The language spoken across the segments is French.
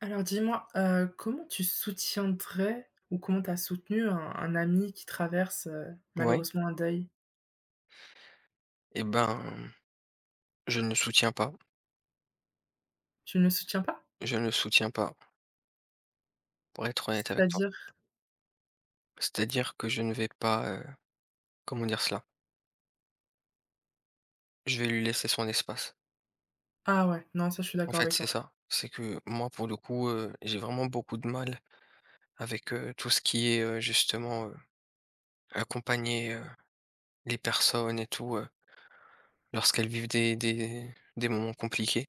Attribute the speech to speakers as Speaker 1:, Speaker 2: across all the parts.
Speaker 1: Alors dis-moi, comment tu soutiendrais ou comment tu as soutenu un ami qui traverse,
Speaker 2: Ouais,
Speaker 1: malheureusement un deuil?
Speaker 2: et ben, je ne soutiens pas.
Speaker 1: Tu ne le soutiens pas?
Speaker 2: Je ne soutiens pas, pour être honnête avec toi.
Speaker 1: C'est-à-dire?
Speaker 2: C'est-à-dire que je ne vais pas, comment dire cela? Je vais lui laisser son espace.
Speaker 1: Ah ouais, non ça je suis
Speaker 2: En
Speaker 1: d'accord
Speaker 2: fait,
Speaker 1: avec
Speaker 2: c'est
Speaker 1: toi.
Speaker 2: ça. C'est que moi, pour le coup, j'ai vraiment beaucoup de mal avec, tout ce qui est, justement, accompagner, les personnes et tout, lorsqu'elles vivent des moments compliqués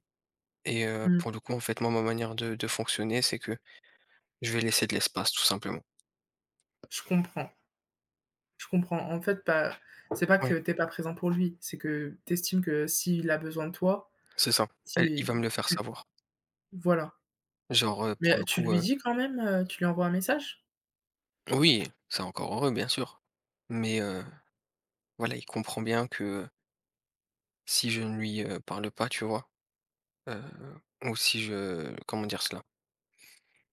Speaker 2: et
Speaker 1: Mmh.
Speaker 2: pour le coup, en fait, moi, ma manière de fonctionner, c'est que je vais laisser de l'espace, tout simplement.
Speaker 1: Je comprends, je comprends. En fait, bah, c'est pas
Speaker 2: Oui,
Speaker 1: que t'es pas présent pour lui, c'est que t'estimes estimes que s'il a besoin de toi,
Speaker 2: c'est ça. Elle il va
Speaker 1: si
Speaker 2: me le faire
Speaker 1: tu
Speaker 2: savoir.
Speaker 1: voilà.
Speaker 2: Genre, pour le
Speaker 1: Mais tu
Speaker 2: coup.
Speaker 1: lui dis quand même, tu lui envoies un message?
Speaker 2: Oui, c'est encore heureux, bien sûr. Mais voilà, il comprend bien que si je ne lui, parle pas, tu vois? Heu, ou si je comment dire cela?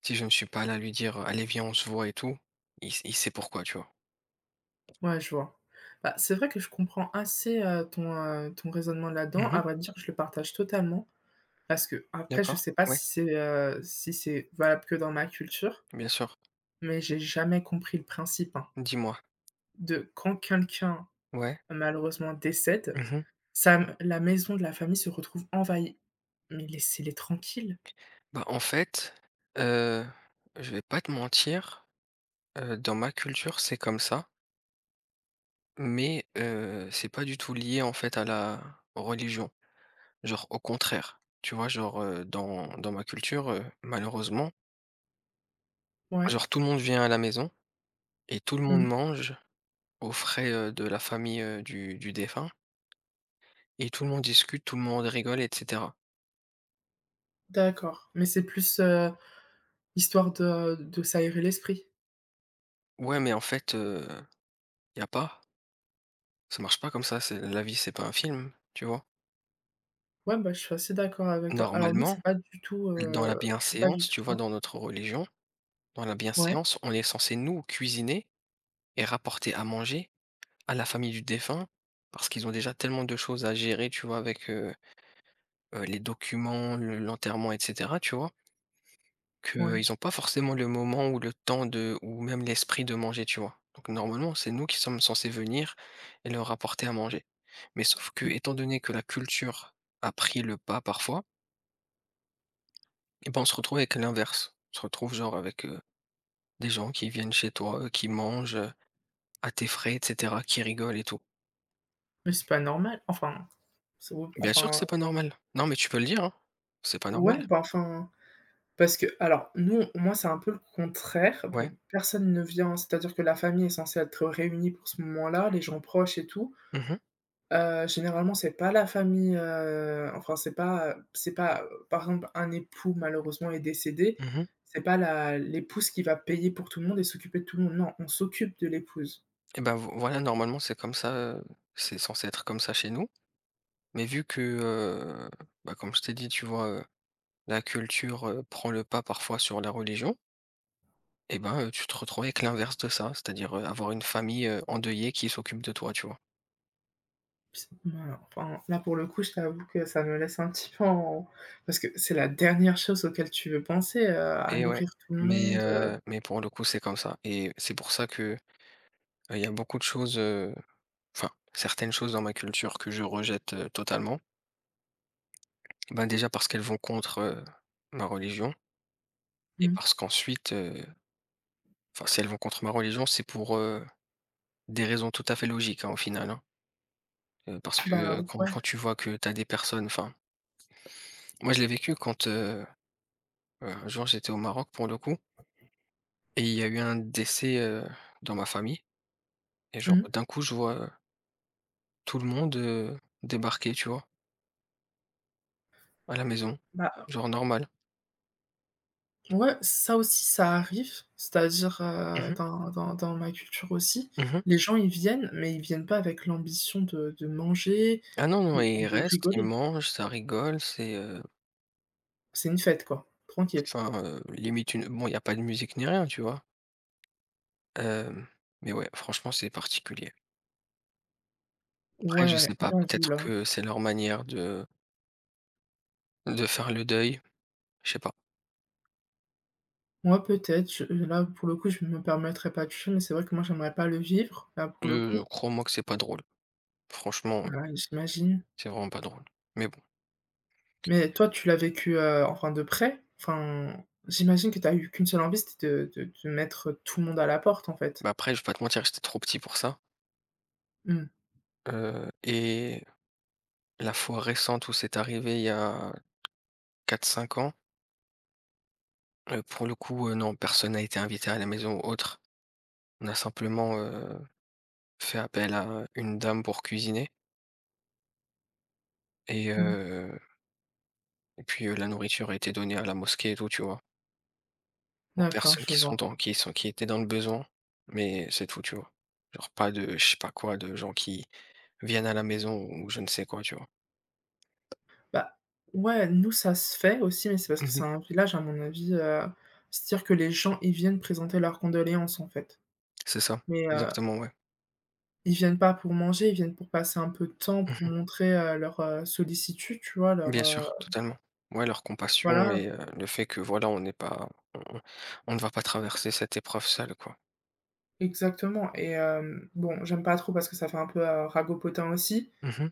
Speaker 2: Si je ne suis pas là à lui dire: «Allez, viens, on se voit et tout», il sait pourquoi, tu vois?
Speaker 1: Ouais, je vois. Bah, c'est vrai que je comprends assez, ton raisonnement là-dedans.
Speaker 2: Mmh.
Speaker 1: À vrai dire, je le partage totalement. Parce que après, je
Speaker 2: D'accord,
Speaker 1: sais pas
Speaker 2: ouais,
Speaker 1: si c'est, si c'est valable que dans ma culture,
Speaker 2: bien sûr.
Speaker 1: mais j'ai jamais compris le principe, hein,
Speaker 2: Dis-moi.
Speaker 1: de quand quelqu'un,
Speaker 2: Ouais.
Speaker 1: malheureusement, décède,
Speaker 2: Mmh.
Speaker 1: ça m la maison de la famille se retrouve envahie. Mais laissez-les tranquilles.
Speaker 2: Bah, en fait, heu, je vais pas te mentir, dans ma culture, c'est comme ça, mais c'est pas du tout lié, en fait, à la religion. Genre au contraire, tu vois? Genre, dans ma culture, malheureusement,
Speaker 1: Ouais.
Speaker 2: genre tout le monde vient à la maison et tout le monde
Speaker 1: Mmh.
Speaker 2: mange aux frais, de la famille, du défunt et tout le monde discute, tout le monde rigole et cetera.
Speaker 1: D'accord. Mais c'est plus, histoire de s'aérer l'esprit.
Speaker 2: Ouais, mais en fait, y a pas, ça marche pas comme ça, c'est la vie, c'est pas un film, tu vois?
Speaker 1: Ouais, bah, je suis assez d'accord avec toi. Alors nous,
Speaker 2: Normalement, dans la
Speaker 1: c'est pas du
Speaker 2: bienséance,
Speaker 1: tout
Speaker 2: tu vois?
Speaker 1: ça.
Speaker 2: Dans notre religion, dans la
Speaker 1: Ouais,
Speaker 2: bienséance, on est censé nous cuisiner et rapporter à manger à la famille du défunt parce qu'ils ont déjà tellement de choses à gérer, tu vois? Avec, les documents, le l'enterrement et cetera, tu vois? Qu'ils
Speaker 1: ouais.
Speaker 2: n'ont pas forcément le moment ou le temps de ou même l'esprit de manger, tu vois? Donc normalement, c'est nous qui sommes censés venir et leur apporter à manger. Mais sauf que,
Speaker 1: M
Speaker 2: étant donné que la culture a pris le pas parfois, et ben, on se retrouve avec l'inverse. On se retrouve genre avec, des gens qui viennent chez toi, qui mangent, à tes frais et cetera, qui rigolent et tout.
Speaker 1: mais c'est pas normal. Enfin, c'est
Speaker 2: Bien sûr que
Speaker 1: enfin,
Speaker 2: c'est pas normal. Non, mais tu peux le dire, hein. C'est pas
Speaker 1: ouais,
Speaker 2: normal.
Speaker 1: bah, enfin, parce que alors nous, moi, c'est un peu le contraire.
Speaker 2: Ouais.
Speaker 1: Bon, personne ne vient, c'est-à-dire que la famille est censée être réunie pour ce moment-là, les gens proches et tout.
Speaker 2: Mmh mh.
Speaker 1: Généralement, c'est pas la famille, enfin, c'est pas, par exemple, un époux malheureusement est décédé,
Speaker 2: Mmh.
Speaker 1: c'est pas la l'épouse qui va payer pour tout le monde et s'occuper de tout le monde. Non, on s'occupe de l'épouse.
Speaker 2: Et ben vo voilà, normalement, c'est comme ça, c'est censé être comme ça chez nous. Mais vu que, bah, comme je t'ai dit, tu vois, la culture, prend le pas parfois sur la religion et ben, tu te retrouves avec l'inverse de ça, c'est-à-dire, avoir une famille, endeuillée qui s'occupe de toi, tu vois?
Speaker 1: Ps Non, enfin, là, pour le coup, je t'avoue que ça me laisse un petit peu en parce que c'est la dernière chose auquel tu veux penser, à
Speaker 2: Et ouais,
Speaker 1: nourrir tout le
Speaker 2: mais
Speaker 1: monde,
Speaker 2: heu, mais pour le coup, c'est comme ça et c'est pour ça que, il y a beaucoup de choses, enfin, certaines choses dans ma culture que je rejette, totalement. Ben, déjà parce qu'elles vont contre, ma religion et
Speaker 1: mmh,
Speaker 2: parce qu'ensuite, enfin, si elles vont contre ma religion, c'est pour, des raisons tout à fait logiques, hein, au final, hein. Parce que,
Speaker 1: bah,
Speaker 2: quand
Speaker 1: ouais.
Speaker 2: tu vois que tu as des personnes enfin, moi je l'ai vécu quand, un jour j'étais au Maroc pour le coup et il y a eu un décès, dans ma famille et genre
Speaker 1: Mmh.
Speaker 2: d'un coup je vois, tout le monde, débarquer, tu vois? À la maison,
Speaker 1: Bah,
Speaker 2: genre normal.
Speaker 1: ouais, ça aussi, ça arrive. C'est-à-dire,
Speaker 2: Mmh mh.
Speaker 1: dans dans ma culture aussi,
Speaker 2: Mmh.
Speaker 1: les gens, ils viennent, mais ils viennent pas avec l'ambition de manger
Speaker 2: Ah non, non,
Speaker 1: ou
Speaker 2: ils
Speaker 1: ou de
Speaker 2: restent, ils
Speaker 1: rigoler.
Speaker 2: mangent, ça rigole, c'est,
Speaker 1: C'est une fête, quoi, tranquille.
Speaker 2: enfin, limite une bon, il y a pas de musique ni rien, tu vois? Hem, mais ouais, franchement, c'est particulier. Après je
Speaker 1: Ouais,
Speaker 2: sais pas,
Speaker 1: j'avoue
Speaker 2: peut-être
Speaker 1: là.
Speaker 2: que c'est leur manière de faire le deuil, je sais pas.
Speaker 1: Moi, peut-être, je là, pour le coup, je me permettrais pas de jugé, mais c'est vrai que moi, j'aimerais pas le vivre, là, pour le
Speaker 2: Je
Speaker 1: coup.
Speaker 2: crois-moi que c'est pas drôle. Franchement,
Speaker 1: Ouais, j'imagine.
Speaker 2: c'est vraiment pas drôle. Mais bon,
Speaker 1: Mais toi, tu l'as vécu, enfin de près? Enfin, j'imagine que tu as eu qu'une seule envie, c'était de mettre tout le monde à la porte, en fait?
Speaker 2: bah, après je vais pas te mentir, j'étais trop petit pour ça,
Speaker 1: Mmh.
Speaker 2: et la fois récente où c'est arrivé il y a quatre cinq ans, pour le coup, non, personne n'a été invité à la maison ou autre. On a simplement, fait appel à une dame pour cuisiner et heu et puis, la nourriture a été donnée à la mosquée et tout, tu vois? Aux
Speaker 1: D'accord,
Speaker 2: personnes
Speaker 1: je
Speaker 2: qui sont
Speaker 1: vois.
Speaker 2: dans qui étaient dans le besoin, mais c'est tout, tu vois? Genre pas de je sais pas quoi, de gens qui viennent à la maison ou je ne sais quoi, tu vois?
Speaker 1: Bah, ouais, nous, ça se fait aussi, mais c'est parce que
Speaker 2: Mmh.
Speaker 1: c'est un village, à mon avis, c'est-à-dire que les gens, ils viennent présenter leurs condoléances, en fait.
Speaker 2: C'est ça,
Speaker 1: Mais, heu,
Speaker 2: exactement, ouais.
Speaker 1: Ils viennent pas pour manger, ils viennent pour passer un peu de temps, pour
Speaker 2: Mmh.
Speaker 1: montrer, leur, sollicitude, tu vois?
Speaker 2: Bien sûr, totalement. Ouais, leur compassion
Speaker 1: Voilà,
Speaker 2: et le fait que voilà, on on ne va pas traverser cette épreuve seul, quoi.
Speaker 1: exactement et bon, j'aime pas trop parce que ça fait un peu, ragopotin aussi.
Speaker 2: Mmh.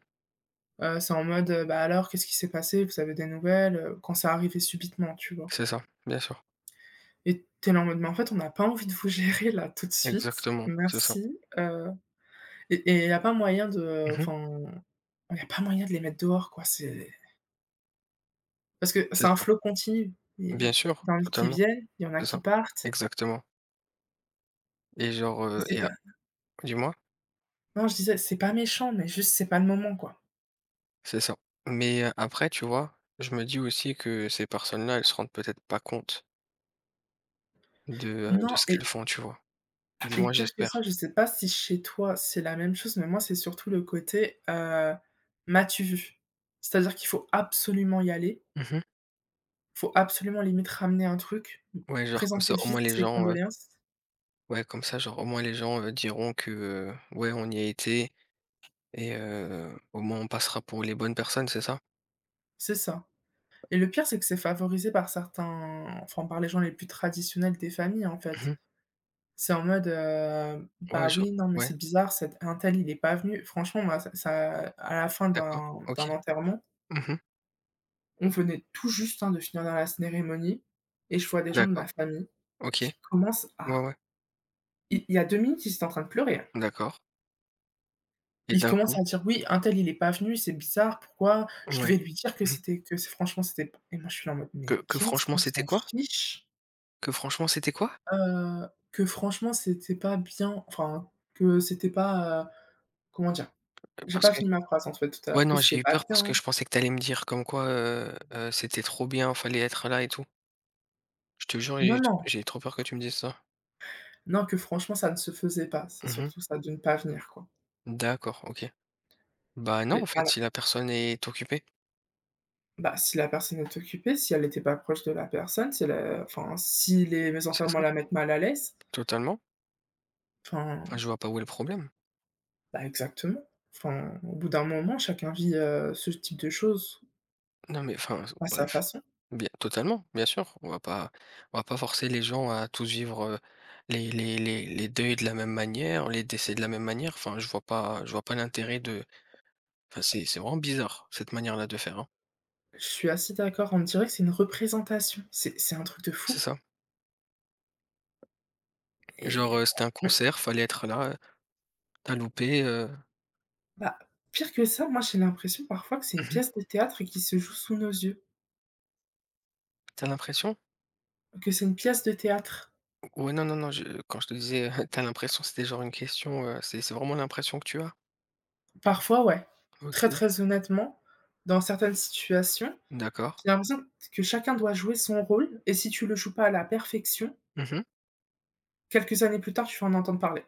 Speaker 1: C'est en mode: «Bah alors, qu'est-ce qui s'est passé? Vous avez des nouvelles?» Quand c'est arrivé subitement, tu vois?
Speaker 2: C'est ça, bien sûr.
Speaker 1: Et tu là en mode: «Mais en fait, on n'a pas envie de vous gérer là, tout de suite,
Speaker 2: Exactement, c'est ça.
Speaker 1: merci», et il y a pas moyen de
Speaker 2: Mmh.
Speaker 1: enfin, il y a pas moyen de les mettre dehors quoi, c'est parce que
Speaker 2: C'est
Speaker 1: c'est un
Speaker 2: ça.
Speaker 1: flot continu.
Speaker 2: Bien
Speaker 1: Il
Speaker 2: sûr,
Speaker 1: y en a qui
Speaker 2: totalement,
Speaker 1: viennent, il y en a
Speaker 2: c'est
Speaker 1: qui
Speaker 2: ça.
Speaker 1: partent
Speaker 2: Exactement et genre,
Speaker 1: et c'est
Speaker 2: et a
Speaker 1: pas
Speaker 2: dis-moi?
Speaker 1: non, je disais, c'est pas méchant, mais juste c'est pas le moment quoi.
Speaker 2: C'est ça. Mais après, tu vois, je me dis aussi que ces personnes-là, elles se rendent peut-être pas compte de, de
Speaker 1: Non
Speaker 2: ce qu'elles
Speaker 1: et
Speaker 2: font, tu vois? Du
Speaker 1: et
Speaker 2: moins,
Speaker 1: pire que ça,
Speaker 2: j'espère.
Speaker 1: je sais pas si chez toi c'est la même chose, mais moi c'est surtout le côté, m'as-tu vu? C'est-à-dire qu'il faut absolument y aller.
Speaker 2: Mmh.
Speaker 1: Faut absolument limite ramener un truc,
Speaker 2: Ouais, genre, comme ça,
Speaker 1: présenter
Speaker 2: au moins,
Speaker 1: vite ses condoléances.
Speaker 2: ouais, comme ça, genre, au moins, les gens, diront que, ouais, on y a été et au moins, on passera pour les bonnes personnes, c'est ça?
Speaker 1: C'est ça et le pire, c'est que c'est favorisé par certains, enfin, par les gens les plus traditionnels des familles, en fait.
Speaker 2: Mmh.
Speaker 1: C'est en mode:
Speaker 2: Ouais,
Speaker 1: «Bah,
Speaker 2: genre
Speaker 1: oui, non, mais
Speaker 2: ouais,
Speaker 1: c'est bizarre, cet un tel, il est pas venu». Franchement, moi, ça à la fin
Speaker 2: d'accord,
Speaker 1: d'un
Speaker 2: OK.
Speaker 1: d'un enterrement,
Speaker 2: Mmh.
Speaker 1: on venait tout juste, hein, de finir dans la cérémonie et je vois des gens de
Speaker 2: D'accord,
Speaker 1: ma famille
Speaker 2: OK.
Speaker 1: qui commencent
Speaker 2: Ouais,
Speaker 1: à
Speaker 2: ouais,
Speaker 1: Il y a 2 minutes, ils étaient en train de pleurer, hein.
Speaker 2: d'accord et
Speaker 1: Il
Speaker 2: d'un coup
Speaker 1: commence à dire: «Oui, untel il est pas venu, c'est bizarre, pourquoi?» Je
Speaker 2: ouais,
Speaker 1: vais lui dire
Speaker 2: mmh.
Speaker 1: que c'est franchement c'était p et moi je suis là en mode:
Speaker 2: Que
Speaker 1: «Mais
Speaker 2: que
Speaker 1: qu'est-ce
Speaker 2: franchement,
Speaker 1: qu'on
Speaker 2: c'était
Speaker 1: s'en
Speaker 2: quoi?
Speaker 1: fiche,
Speaker 2: Que franchement, c'était quoi?
Speaker 1: que franchement c'était pas bien, enfin que c'était pas» comment dire? J'ai
Speaker 2: Parce
Speaker 1: pas
Speaker 2: que.
Speaker 1: fini ma phrase en fait tout à
Speaker 2: Ouais,
Speaker 1: l'heure, que
Speaker 2: non, j'ai
Speaker 1: c'était
Speaker 2: eu
Speaker 1: pas
Speaker 2: peur parce
Speaker 1: bien.
Speaker 2: que je pensais que t'allais me dire comme quoi, c'était trop bien, fallait être là et tout. Je te jure,
Speaker 1: Non, non,
Speaker 2: j'ai trop peur que tu me dises ça.
Speaker 1: non, que franchement ça ne se faisait pas, c'est
Speaker 2: Mmh.
Speaker 1: surtout ça de ne pas venir quoi
Speaker 2: D'accord, OK. Bah, non, en
Speaker 1: et
Speaker 2: fait, si
Speaker 1: alors,
Speaker 2: la personne est occupée,
Speaker 1: bah, si la personne est occupée, si elle était pas proche de la personne, si elle, enfin si les mes
Speaker 2: c'est
Speaker 1: enterrements
Speaker 2: ça?
Speaker 1: la mettent mal à l'aise,
Speaker 2: Totalement. Enfin,
Speaker 1: enfin.
Speaker 2: je vois pas où est le problème.
Speaker 1: Bah, exactement. Enfin, au bout d'un moment, chacun vit, ce type de choses
Speaker 2: Non, mais enfin, s
Speaker 1: à sa
Speaker 2: bref,
Speaker 1: façon.
Speaker 2: bien totalement, bien sûr. On va pas forcer les gens à tous vivre, les deuils de la même manière, les décès de la même manière. Enfin, je vois pas l'intérêt de enfin, c'est vraiment bizarre cette manière-là de faire, hein.
Speaker 1: Je suis assez d'accord, on me dirait que c'est une représentation. C'est un truc de
Speaker 2: C'est
Speaker 1: fou
Speaker 2: ça.
Speaker 1: et
Speaker 2: Genre,
Speaker 1: voilà.
Speaker 2: c'était un
Speaker 1: Mais
Speaker 2: concert, fallait être là, tu loupé,
Speaker 1: bah, pire que ça, moi, j'ai l'impression parfois que c'est une
Speaker 2: mmh mh.
Speaker 1: pièce de théâtre et qui se joue sous nos yeux,
Speaker 2: L'impression?
Speaker 1: que c'est une pièce de théâtre.
Speaker 2: Ouais, non, non, non, je quand je te disais, t'as l'impression, c'était genre une question, c'est vraiment l'impression que tu as?
Speaker 1: Parfois, ouais, très,
Speaker 2: OK,
Speaker 1: très honnêtement, dans certaines situations,
Speaker 2: d'accord.
Speaker 1: j'ai l'impression que chacun doit jouer son rôle et si tu le joues pas à la perfection,
Speaker 2: Mmh.
Speaker 1: quelques années plus tard, tu vas en entendre parler.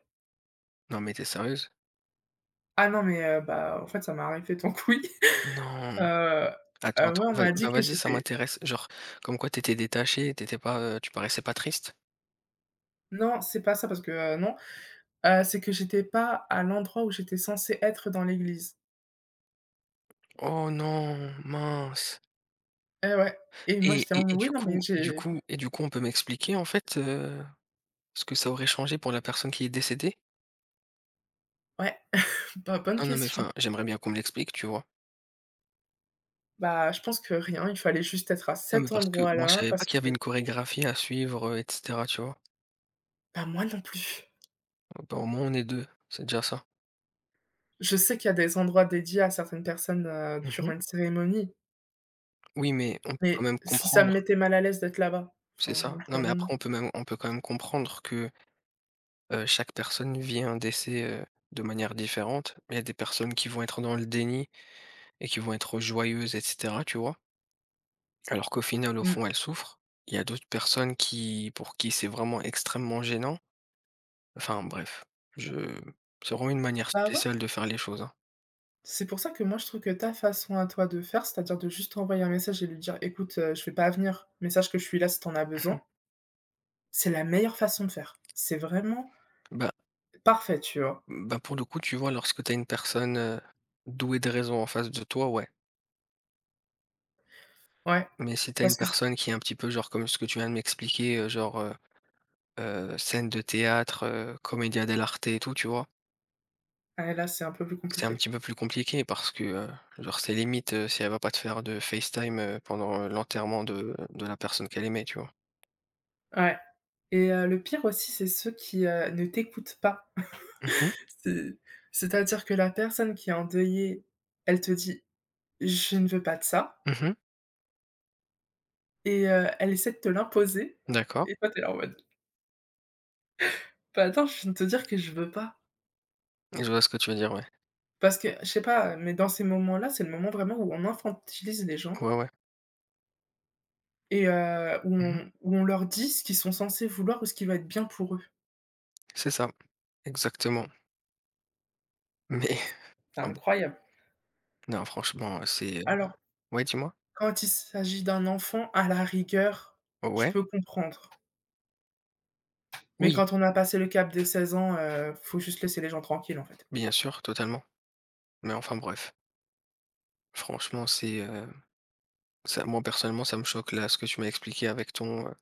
Speaker 2: Non, mais t'es sérieuse?
Speaker 1: Ah non, mais bah, en fait, ça m'est arrivé donc oui.
Speaker 2: Non.
Speaker 1: Heu,
Speaker 2: Attends, attends,
Speaker 1: ouais, on
Speaker 2: vas
Speaker 1: m'a dit
Speaker 2: bah,
Speaker 1: que
Speaker 2: vas-y, ça
Speaker 1: j'étais
Speaker 2: m'intéresse. Genre, comme quoi t'étais détachée, t'étais pas, tu paraissais pas triste?
Speaker 1: non, c'est pas ça parce que, non, c'est que j'étais pas à l'endroit où j'étais censée être dans l'église.
Speaker 2: Oh non, mince.
Speaker 1: Eh ouais et moi,
Speaker 2: Et
Speaker 1: j'étais là:
Speaker 2: et
Speaker 1: «Oui,
Speaker 2: du
Speaker 1: non, mais
Speaker 2: coup et du
Speaker 1: j'ai.»
Speaker 2: coup et du coup on peut m'expliquer, en fait, ce que ça aurait changé pour la personne qui est décédée?
Speaker 1: Ouais, bah, bonne
Speaker 2: Non, non, mais
Speaker 1: question.
Speaker 2: enfin, j'aimerais bien qu'on me l'explique, tu vois?
Speaker 1: Bah, je pense que rien, il fallait juste être à
Speaker 2: Non, mais
Speaker 1: cet
Speaker 2: parce que moi, je
Speaker 1: endroit-là
Speaker 2: savais pas
Speaker 1: parce
Speaker 2: qu'il y avait
Speaker 1: que,
Speaker 2: une chorégraphie à suivre, et cetera, tu vois?
Speaker 1: bah, moi non plus.
Speaker 2: Bah, au moins, on est deux c'est déjà ça.
Speaker 1: Je sais qu'il y a des endroits dédiés à certaines personnes,
Speaker 2: Mmh.
Speaker 1: durant une cérémonie,
Speaker 2: Oui, mais on peut quand
Speaker 1: mais
Speaker 2: même
Speaker 1: si ça me
Speaker 2: comprendre,
Speaker 1: mettait mal à l'aise d'être là-bas,
Speaker 2: c'est
Speaker 1: enfin, au
Speaker 2: ça.
Speaker 1: bout
Speaker 2: Non,
Speaker 1: d'un
Speaker 2: mais
Speaker 1: moment.
Speaker 2: après, on peut quand même comprendre que, chaque personne vit un décès, de manière différente. Il y a des personnes qui vont être dans le déni et qui vont être joyeuses et cetera, tu vois? Alors qu'au final, au
Speaker 1: Mmh.
Speaker 2: fond, elles souffrent. Il y a d'autres personnes qui pour qui c'est vraiment extrêmement gênant. Enfin bref, je c'est vraiment une manière
Speaker 1: Bah, ouais.
Speaker 2: spéciale de faire les choses, hein.
Speaker 1: C'est pour ça que moi je trouve que ta façon à toi de faire, c'est-à-dire de juste envoyer un message et lui dire: «Écoute, je vais pas venir, mais sache que je suis là si t'en as besoin», c'est la meilleure façon de faire. C'est vraiment
Speaker 2: Bah
Speaker 1: parfait, tu vois?
Speaker 2: Bah, pour le coup, tu vois, lorsque tu as une personne, douée de raison en face de toi, ouais.
Speaker 1: Ouais,
Speaker 2: Mais si tu as une
Speaker 1: parce que c
Speaker 2: personne qui est un petit peu genre comme ce que tu viens de m'expliquer, genre, scène de théâtre, commedia dell'arte et tout, tu vois?
Speaker 1: ah là, c'est un peu plus
Speaker 2: C'est un
Speaker 1: compliqué.
Speaker 2: petit peu plus compliqué parce que, genre c'est limite, si elle va pas te faire de FaceTime, pendant, l'enterrement de la personne qu'elle aimait, tu vois?
Speaker 1: Ouais et le pire aussi, c'est ceux qui, ne t'écoutent pas.
Speaker 2: Mmh mh.
Speaker 1: C'est C'est-à-dire que la personne qui est endeuillée, elle te dit: «Je ne veux pas de ça»
Speaker 2: Mmh.
Speaker 1: et elle essaie de te l'imposer
Speaker 2: D'accord.
Speaker 1: et toi, t'es là en mode: «Bah, attends, je viens de te dire que je veux pas».
Speaker 2: Je vois ce que tu veux dire, ouais.
Speaker 1: Parce que, je sais pas, mais dans ces moments-là, c'est le moment vraiment où on infantilise les gens
Speaker 2: Ouais, ouais.
Speaker 1: et où
Speaker 2: Mmh.
Speaker 1: on où on leur dit ce qu'ils sont censés vouloir ou ce qui va être bien pour eux.
Speaker 2: C'est ça, exactement. Mais
Speaker 1: C'est
Speaker 2: ah bon,
Speaker 1: incroyable.
Speaker 2: non franchement, c'est,
Speaker 1: Alors,
Speaker 2: ouais, dis-moi?
Speaker 1: quand il s'agit d'un enfant, à la rigueur, je
Speaker 2: Ouais?
Speaker 1: peux comprendre. Mais
Speaker 2: Oui.
Speaker 1: quand on a passé le cap des 16 ans, faut juste laisser les gens tranquilles, en fait.
Speaker 2: Bien sûr, totalement. Mais enfin bref, franchement, c'est, ça moi personnellement, ça me choque là, ce que tu m'as expliqué avec ton,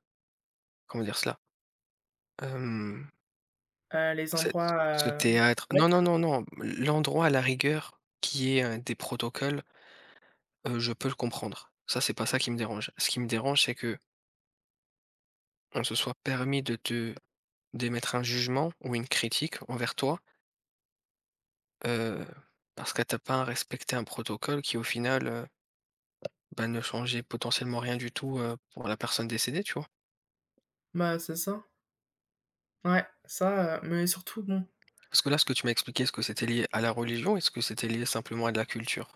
Speaker 2: comment dire cela? Hem,
Speaker 1: Les
Speaker 2: ce
Speaker 1: endroits,
Speaker 2: ce
Speaker 1: heu
Speaker 2: théâtre
Speaker 1: ouais,
Speaker 2: non, non, non, non, l'endroit à la rigueur qui est ait, des protocoles, je peux le comprendre. Ça, c'est pas ça qui me dérange. Ce qui me dérange, c'est que on se soit permis de te d'émettre un jugement ou une critique envers toi, heu, parce que t'as pas respecté un protocole qui au final, bah, ne changeait potentiellement rien du tout, pour la personne décédée, tu vois?
Speaker 1: bah, c'est ça. Ouais, ça, mais surtout bon,
Speaker 2: Parce que là, ce que tu m'as expliqué, est-ce que c'était lié à la religion? Est-ce que c'était lié simplement à de la culture?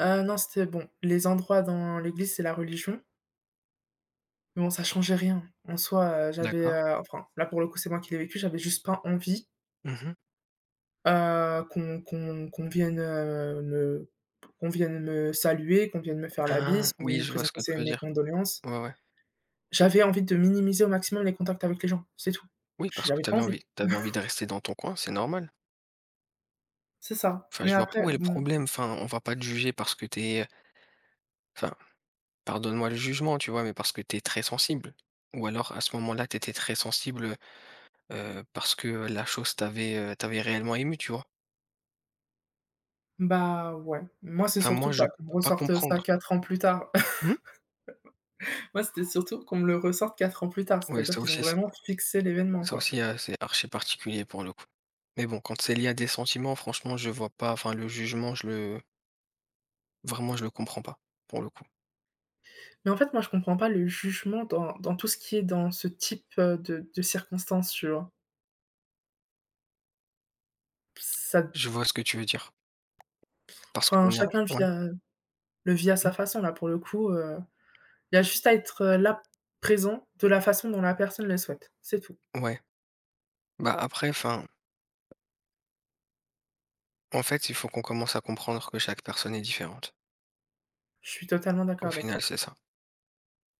Speaker 1: non, c'était bon, les endroits dans l'église, c'est la religion. Mais bon, ça changeait rien. En soi, j'avais,
Speaker 2: D'accord.
Speaker 1: enfin, là, pour le coup, c'est moi qui l'ai vécu, j'avais juste pas envie,
Speaker 2: Mmh.
Speaker 1: qu'on vienne, me qu'on vienne me saluer, qu'on vienne me faire la
Speaker 2: Ah,
Speaker 1: bise, qu'on
Speaker 2: oui,
Speaker 1: vienne me
Speaker 2: je vois ce que
Speaker 1: présenter
Speaker 2: tu
Speaker 1: ses
Speaker 2: veux
Speaker 1: mes
Speaker 2: dire.
Speaker 1: condoléances.
Speaker 2: Ouais, ouais.
Speaker 1: J'avais envie de minimiser au maximum les contacts avec les gens, c'est tout.
Speaker 2: Oui, parce que
Speaker 1: J'avais
Speaker 2: tu
Speaker 1: pas
Speaker 2: avais
Speaker 1: envie,
Speaker 2: envie tu envie de rester dans ton coin, c'est normal.
Speaker 1: c'est ça.
Speaker 2: Enfin,
Speaker 1: Mais
Speaker 2: je vois pas où
Speaker 1: après,
Speaker 2: est le problème. Enfin, on va pas te juger parce que t'es. Enfin, pardonne-moi le jugement, tu vois? Mais parce que t'es très sensible. Ou alors, à ce moment-là, t'étais très sensible, parce que la chose t'avait réellement ému, tu vois?
Speaker 1: bah, ouais. Moi, c'est
Speaker 2: Enfin, moi,
Speaker 1: surtout,
Speaker 2: je
Speaker 1: pas qu'on me
Speaker 2: peux pas
Speaker 1: ressorte, ça
Speaker 2: comprendre.
Speaker 1: 4 ans plus tard.
Speaker 2: Mmh?
Speaker 1: Moi, c'était surtout qu'on me le ressorte 4 ans plus tard,
Speaker 2: Oui,
Speaker 1: c'est-à-dire
Speaker 2: ça
Speaker 1: qu'ils ont
Speaker 2: aussi.
Speaker 1: vraiment fixé l'événement, quoi.
Speaker 2: C'est archi particulier pour le coup. Mais bon, quand c'est lié à des sentiments, franchement, je vois pas enfin le jugement, je le comprends pas, pour le coup.
Speaker 1: Mais en fait, moi, je comprends pas le jugement dans tout ce qui est dans ce type, de circonstances, tu vois? Ça
Speaker 2: Je vois ce que tu veux dire. Parce
Speaker 1: Enfin,
Speaker 2: qu'on a
Speaker 1: chacun
Speaker 2: ouais.
Speaker 1: le vit à
Speaker 2: Mmh,
Speaker 1: sa façon, là, pour le coup, il y a juste à être, là, présent de la façon dont la personne le souhaite. C'est tout.
Speaker 2: ouais. Bah, après, enfin, en fait, il faut qu'on commence à comprendre que chaque personne est différente.
Speaker 1: Je suis totalement
Speaker 2: Au
Speaker 1: d'accord avec
Speaker 2: final,
Speaker 1: toi.
Speaker 2: c'est ça.